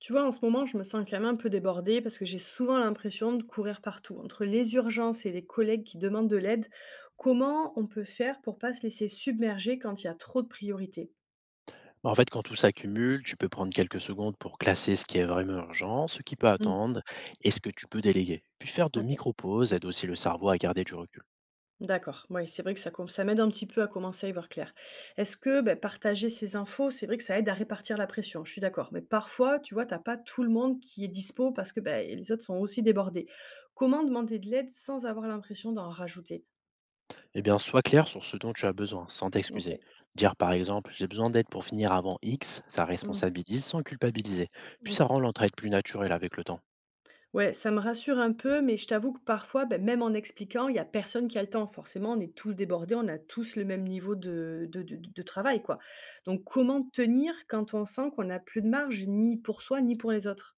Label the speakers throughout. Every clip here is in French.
Speaker 1: Tu vois, en ce moment, je me sens quand même un peu débordée parce que j'ai souvent l'impression de courir partout. Entre les urgences et les collègues qui demandent de l'aide, comment on peut faire pour pas se laisser submerger quand il y a trop de priorités?
Speaker 2: Bah, en fait, quand tout s'accumule, tu peux prendre quelques secondes pour classer ce qui est vraiment urgent, ce qui peut
Speaker 1: Mm.
Speaker 2: attendre et ce que tu peux déléguer. Puis faire de
Speaker 1: Ok,
Speaker 2: micro-pauses aide aussi le cerveau à garder du recul.
Speaker 1: d'accord. Oui, c'est vrai que ça, ça m'aide un petit peu à commencer à y voir clair. Est-ce que ben, partager ces infos, c'est vrai que ça aide à répartir la pression, je suis d'accord. Mais parfois, tu vois, t'as pas tout le monde qui est dispo parce que ben, les autres sont aussi débordés. Comment demander de l'aide sans avoir l'impression d'en rajouter?
Speaker 2: Eh bien, sois clair sur ce dont tu as besoin, sans t'excuser.
Speaker 1: Ok.
Speaker 2: Dire par exemple, j'ai besoin d'aide pour finir avant X, ça
Speaker 1: Mm.
Speaker 2: responsabilise sans culpabiliser. Puis ça rend l'entraide plus naturelle avec le temps.
Speaker 1: Ouais, ça me rassure un peu, mais je t'avoue que parfois, beh, même en expliquant, il y a personne qui a le temps. Forcément, on est tous débordés, on a tous le même niveau de travail, quoi. Donc, comment tenir quand on sent qu'on n'a plus de marge, ni pour soi, ni pour les autres?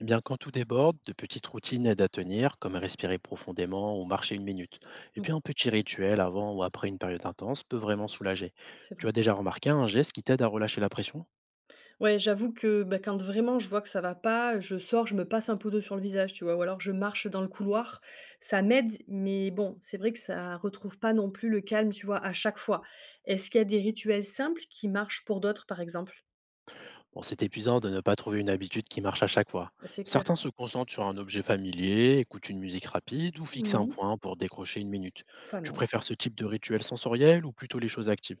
Speaker 2: Eh bien, quand tout déborde, de petites routines aident à tenir, comme respirer profondément ou marcher une minute. Et
Speaker 1: Ok,
Speaker 2: puis un petit rituel avant ou après une période intense peut vraiment soulager.
Speaker 1: c'est
Speaker 2: Tu
Speaker 1: vrai.
Speaker 2: as déjà remarqué un geste qui t'aide à relâcher la pression?
Speaker 1: Ouais, j'avoue que bah, quand vraiment je vois que ça va pas, je sors, je me passe un peu d'eau sur le visage, tu vois, ou alors je marche dans le couloir. Ça m'aide, mais bon, c'est vrai que ça retrouve pas non plus le calme, tu vois, à chaque fois. Est-ce qu'il y a des rituels simples qui marchent pour d'autres, par exemple?
Speaker 2: Bon, c'est épuisant de ne pas trouver une habitude qui marche à chaque fois.
Speaker 1: C'est
Speaker 2: Certains
Speaker 1: clair.
Speaker 2: se concentrent sur un objet familier, écoutent une musique rapide ou fixent un
Speaker 1: Mmh,
Speaker 2: point pour décrocher une minute.
Speaker 1: pas
Speaker 2: Tu
Speaker 1: mal.
Speaker 2: préfères ce type de rituel sensoriel ou plutôt les choses actives?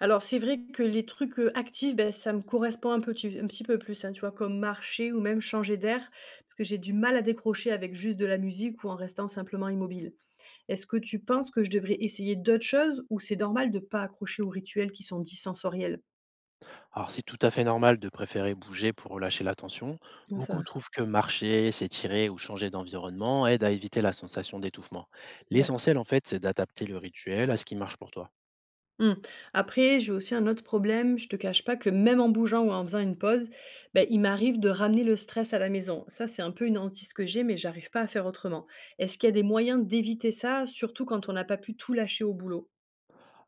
Speaker 1: Alors c'est vrai que les trucs, actifs, ben ça me correspond un petit peu plus, hein, tu vois? Comme marcher ou même changer d'air, parce que j'ai du mal à décrocher avec juste de la musique ou en restant simplement immobile. Est-ce que tu penses que je devrais essayer d'autres choses ou c'est normal de pas accrocher aux rituels qui sont dits sensoriels?
Speaker 2: Alors, c'est tout à fait normal de préférer bouger pour relâcher la tension.
Speaker 1: Comment ça
Speaker 2: Beaucoup
Speaker 1: va?
Speaker 2: trouvent que marcher, s'étirer ou changer d'environnement aide à éviter la sensation d'étouffement.
Speaker 1: D'accord.
Speaker 2: L'essentiel, en fait, c'est d'adapter le rituel à ce qui marche pour toi.
Speaker 1: Mmh. Après, j'ai aussi un autre problème, je te cache pas que même en bougeant ou en faisant une pause, beh, il m'arrive de ramener le stress à la maison. Ça, c'est un peu une hantise que j'ai, mais j'arrive pas à faire autrement. Est-ce qu'il y a des moyens d'éviter ça, surtout quand on n'a pas pu tout lâcher au boulot?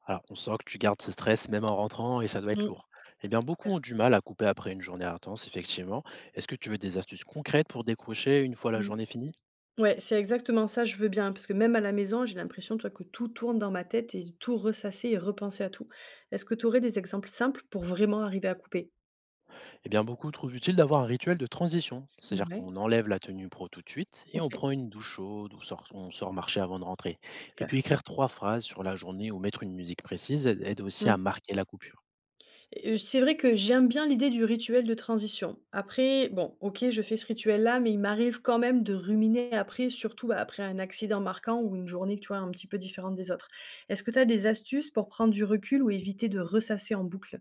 Speaker 2: Alors, on sent que tu gardes ce stress même en rentrant et ça doit être
Speaker 1: Mmh,
Speaker 2: lourd.
Speaker 1: c'est
Speaker 2: Eh bien, beaucoup ont
Speaker 1: clair.
Speaker 2: du mal à couper après une journée intense, effectivement. Est-ce que tu veux des astuces concrètes pour décrocher une fois la
Speaker 1: Mmh.
Speaker 2: journée finie?
Speaker 1: Ouais, c'est exactement ça, je veux bien, parce que même à la maison, j'ai l'impression, toi que tout tourne dans ma tête et tout ressasser et repenser à tout. Est-ce que tu aurais des exemples simples pour vraiment arriver à couper?
Speaker 2: Eh bien, beaucoup trouvent utile d'avoir un rituel de transition, c'est-à-dire
Speaker 1: Ouais,
Speaker 2: qu'on enlève la tenue pro tout de suite et on
Speaker 1: OK,
Speaker 2: prend une douche chaude ou on sort marcher avant de rentrer. Et
Speaker 1: super.
Speaker 2: puis écrire trois phrases sur la journée ou mettre une musique précise aide aussi à
Speaker 1: Mmh.
Speaker 2: marquer la coupure.
Speaker 1: C'est vrai que j'aime bien l'idée du rituel de transition. Après, bon, OK, je fais ce rituel-là, mais il m'arrive quand même de ruminer après, surtout, bah, après un accident marquant ou une journée, tu vois, un petit peu différente des autres. Est-ce que tu as des astuces pour prendre du recul ou éviter de ressasser en boucle?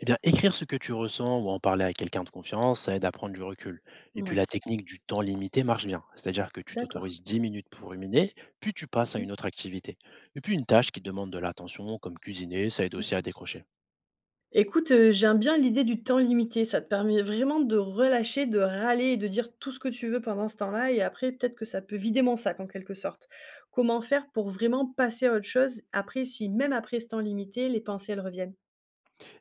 Speaker 2: Eh bien, écrire ce que tu ressens ou en parler à quelqu'un de confiance, ça aide à prendre du recul. Et puis
Speaker 1: Ouais,
Speaker 2: la
Speaker 1: c'est vrai.
Speaker 2: technique du temps limité marche bien. C'est-à-dire que tu
Speaker 1: D'accord.
Speaker 2: t'autorises 10 minutes pour ruminer, puis tu passes à
Speaker 1: Mmh.
Speaker 2: une autre activité. Et puis une tâche qui demande de l'attention, comme cuisiner, ça aide
Speaker 1: OK.
Speaker 2: aussi à décrocher.
Speaker 1: Écoute, j'aime bien l'idée du temps limité. Ça te permet vraiment de relâcher, de râler et de dire tout ce que tu veux pendant ce temps-là et après peut-être que ça peut vider mon sac en quelque sorte. Comment faire pour vraiment passer à autre chose après si même après ce temps limité, les pensées elles reviennent?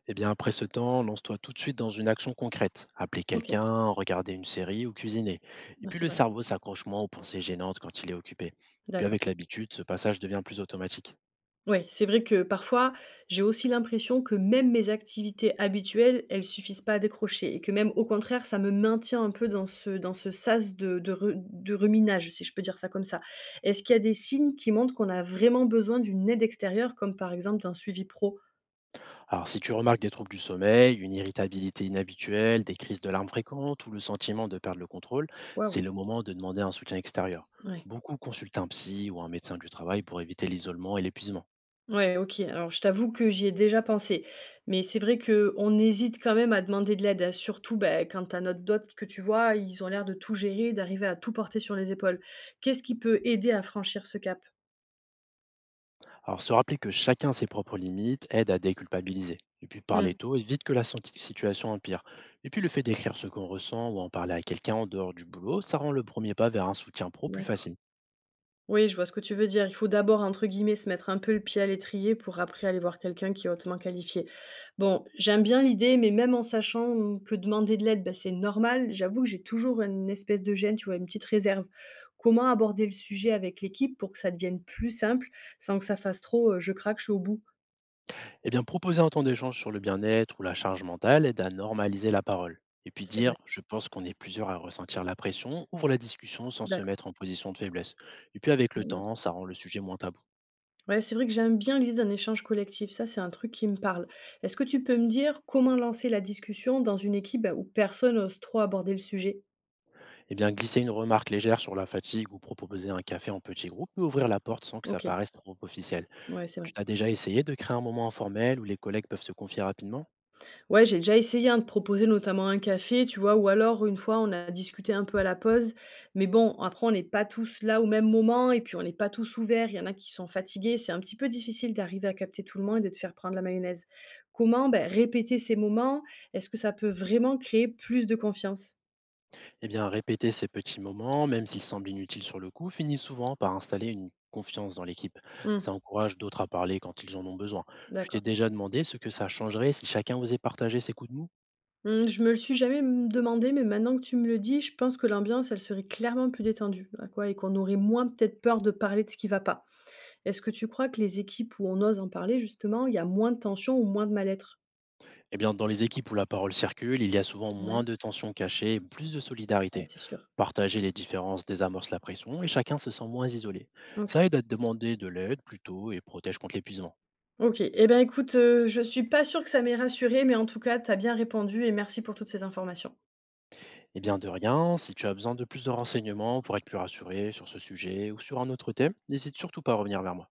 Speaker 2: Eh bien, après ce temps, lance-toi tout de suite dans une action concrète. Appeler
Speaker 1: OK,
Speaker 2: quelqu'un, regarder une série ou cuisiner. Et
Speaker 1: bah,
Speaker 2: puis
Speaker 1: c'est
Speaker 2: le
Speaker 1: vrai.
Speaker 2: cerveau s'accroche moins aux pensées gênantes quand il est occupé. Puis
Speaker 1: D'accord.
Speaker 2: avec l'habitude, ce passage devient plus automatique.
Speaker 1: Ouais, c'est vrai que parfois, j'ai aussi l'impression que même mes activités habituelles, elles suffisent pas à décrocher et que même au contraire, ça me maintient un peu dans ce sas de ruminage, si je peux dire ça comme ça. Est-ce qu'il y a des signes qui montrent qu'on a vraiment besoin d'une aide extérieure, comme par exemple d'un suivi pro?
Speaker 2: Alors, si tu remarques des troubles du sommeil, une irritabilité inhabituelle, des crises de larmes fréquentes ou le sentiment de perdre le contrôle,
Speaker 1: Waouh!
Speaker 2: c'est le moment de demander un soutien extérieur.
Speaker 1: Ouais.
Speaker 2: Beaucoup consultent un psy ou un médecin du travail pour éviter l'isolement et l'épuisement.
Speaker 1: Ouais, OK. Alors je t'avoue que j'y ai déjà pensé, mais c'est vrai que on hésite quand même à demander de l'aide, hein, surtout, beh, quand tu notre dot que tu vois, ils ont l'air de tout gérer, d'arriver à tout porter sur les épaules. Qu'est-ce qui peut aider à franchir ce cap?
Speaker 2: Alors, se rappeler que chacun a ses propres limites aide à déculpabiliser. Et puis, parler
Speaker 1: Mmh,
Speaker 2: tôt évite que situation empire. Et puis, le fait
Speaker 1: c'est vrai,
Speaker 2: d'écrire ce qu'on ressent ou en parler à quelqu'un en dehors du boulot, ça rend le premier pas vers un soutien pro plus
Speaker 1: d'accord.
Speaker 2: facile.
Speaker 1: Oui, je vois ce que tu veux dire. Il faut d'abord, entre guillemets, se mettre un peu le pied à l'étrier pour après aller voir quelqu'un qui est hautement qualifié. Bon, j'aime bien l'idée, mais même en sachant que demander de l'aide, bah, c'est normal, j'avoue que j'ai toujours une espèce de gêne, tu vois, une petite réserve. Comment aborder le sujet avec l'équipe pour que ça devienne plus simple sans que ça fasse trop je craque, je suis au bout?
Speaker 2: Eh bien, proposer un temps d'échange sur le bien-être ou la charge mentale aide à normaliser la parole. Et puis
Speaker 1: C'est
Speaker 2: dire,
Speaker 1: vrai.
Speaker 2: je pense qu'on est plusieurs à ressentir la pression, ouvre la discussion sans se
Speaker 1: D'accord.
Speaker 2: mettre en position de faiblesse. Et puis avec le
Speaker 1: Mm, mm.
Speaker 2: temps, ça rend le sujet moins tabou.
Speaker 1: Ouais, c'est vrai que j'aime bien l'idée d'un échange collectif. Ça, c'est un truc qui me parle. Est-ce que tu peux me dire comment lancer la discussion dans une équipe bah, où personne n'ose trop aborder le sujet?
Speaker 2: Eh bien, glisser une remarque légère sur la fatigue ou proposer un café en petit groupe peut ouvrir la porte sans que ça
Speaker 1: Ok.
Speaker 2: paraisse trop officiel.
Speaker 1: Ouais, c'est
Speaker 2: Tu
Speaker 1: vrai.
Speaker 2: t'as déjà essayé de créer un moment informel où les collègues peuvent se confier rapidement?
Speaker 1: Ouais, j'ai déjà essayé, hein, de proposer notamment un café, tu vois? Ou alors une fois, on a discuté un peu à la pause, mais bon, après on n'est pas tous là au même moment et puis on n'est pas tous ouverts. Il y en a qui sont fatigués. C'est un petit peu difficile d'arriver à capter tout le monde et de te faire prendre la mayonnaise. Comment, ben, répéter ces moments? Est-ce que ça peut vraiment créer plus de confiance?
Speaker 2: Eh bien, répéter ces petits moments, même s'ils semblent inutiles sur le coup, finit souvent par installer une confiance dans l'équipe.
Speaker 1: Mmh,
Speaker 2: Ça encourage d'autres à parler quand ils en ont besoin. Tu t'es
Speaker 1: d'accord.
Speaker 2: déjà demandé ce que ça changerait si chacun osait partager ses coups de mou?
Speaker 1: Mmh, je me le suis jamais, mmh, demandé, mais maintenant que tu me le dis, je pense que l'ambiance, elle serait clairement plus détendue, ah quoi, et qu'on aurait moins peut-être peur de parler de ce qui va pas. Est-ce que tu crois que les équipes où on ose en parler justement, il y a moins de tension ou moins de mal-être?
Speaker 2: Eh bien, dans les équipes où la parole circule, il y a souvent moins
Speaker 1: Ouais.
Speaker 2: de tensions cachées et plus de
Speaker 1: Ouais,
Speaker 2: solidarité.
Speaker 1: c'est sûr.
Speaker 2: Partager les différences désamorce la pression et chacun se sent moins isolé.
Speaker 1: OK.
Speaker 2: Ça aide à te demander de l'aide plus tôt et protège contre l'épuisement.
Speaker 1: OK. Eh bien, écoute, je suis pas sûre que ça m'ait rassurée, mais en tout cas, tu as bien répondu et merci pour toutes ces informations.
Speaker 2: Eh bien, de rien, si tu as besoin de plus de renseignements pour être plus rassuré sur ce sujet ou sur un autre thème, n'hésite surtout pas à revenir vers moi.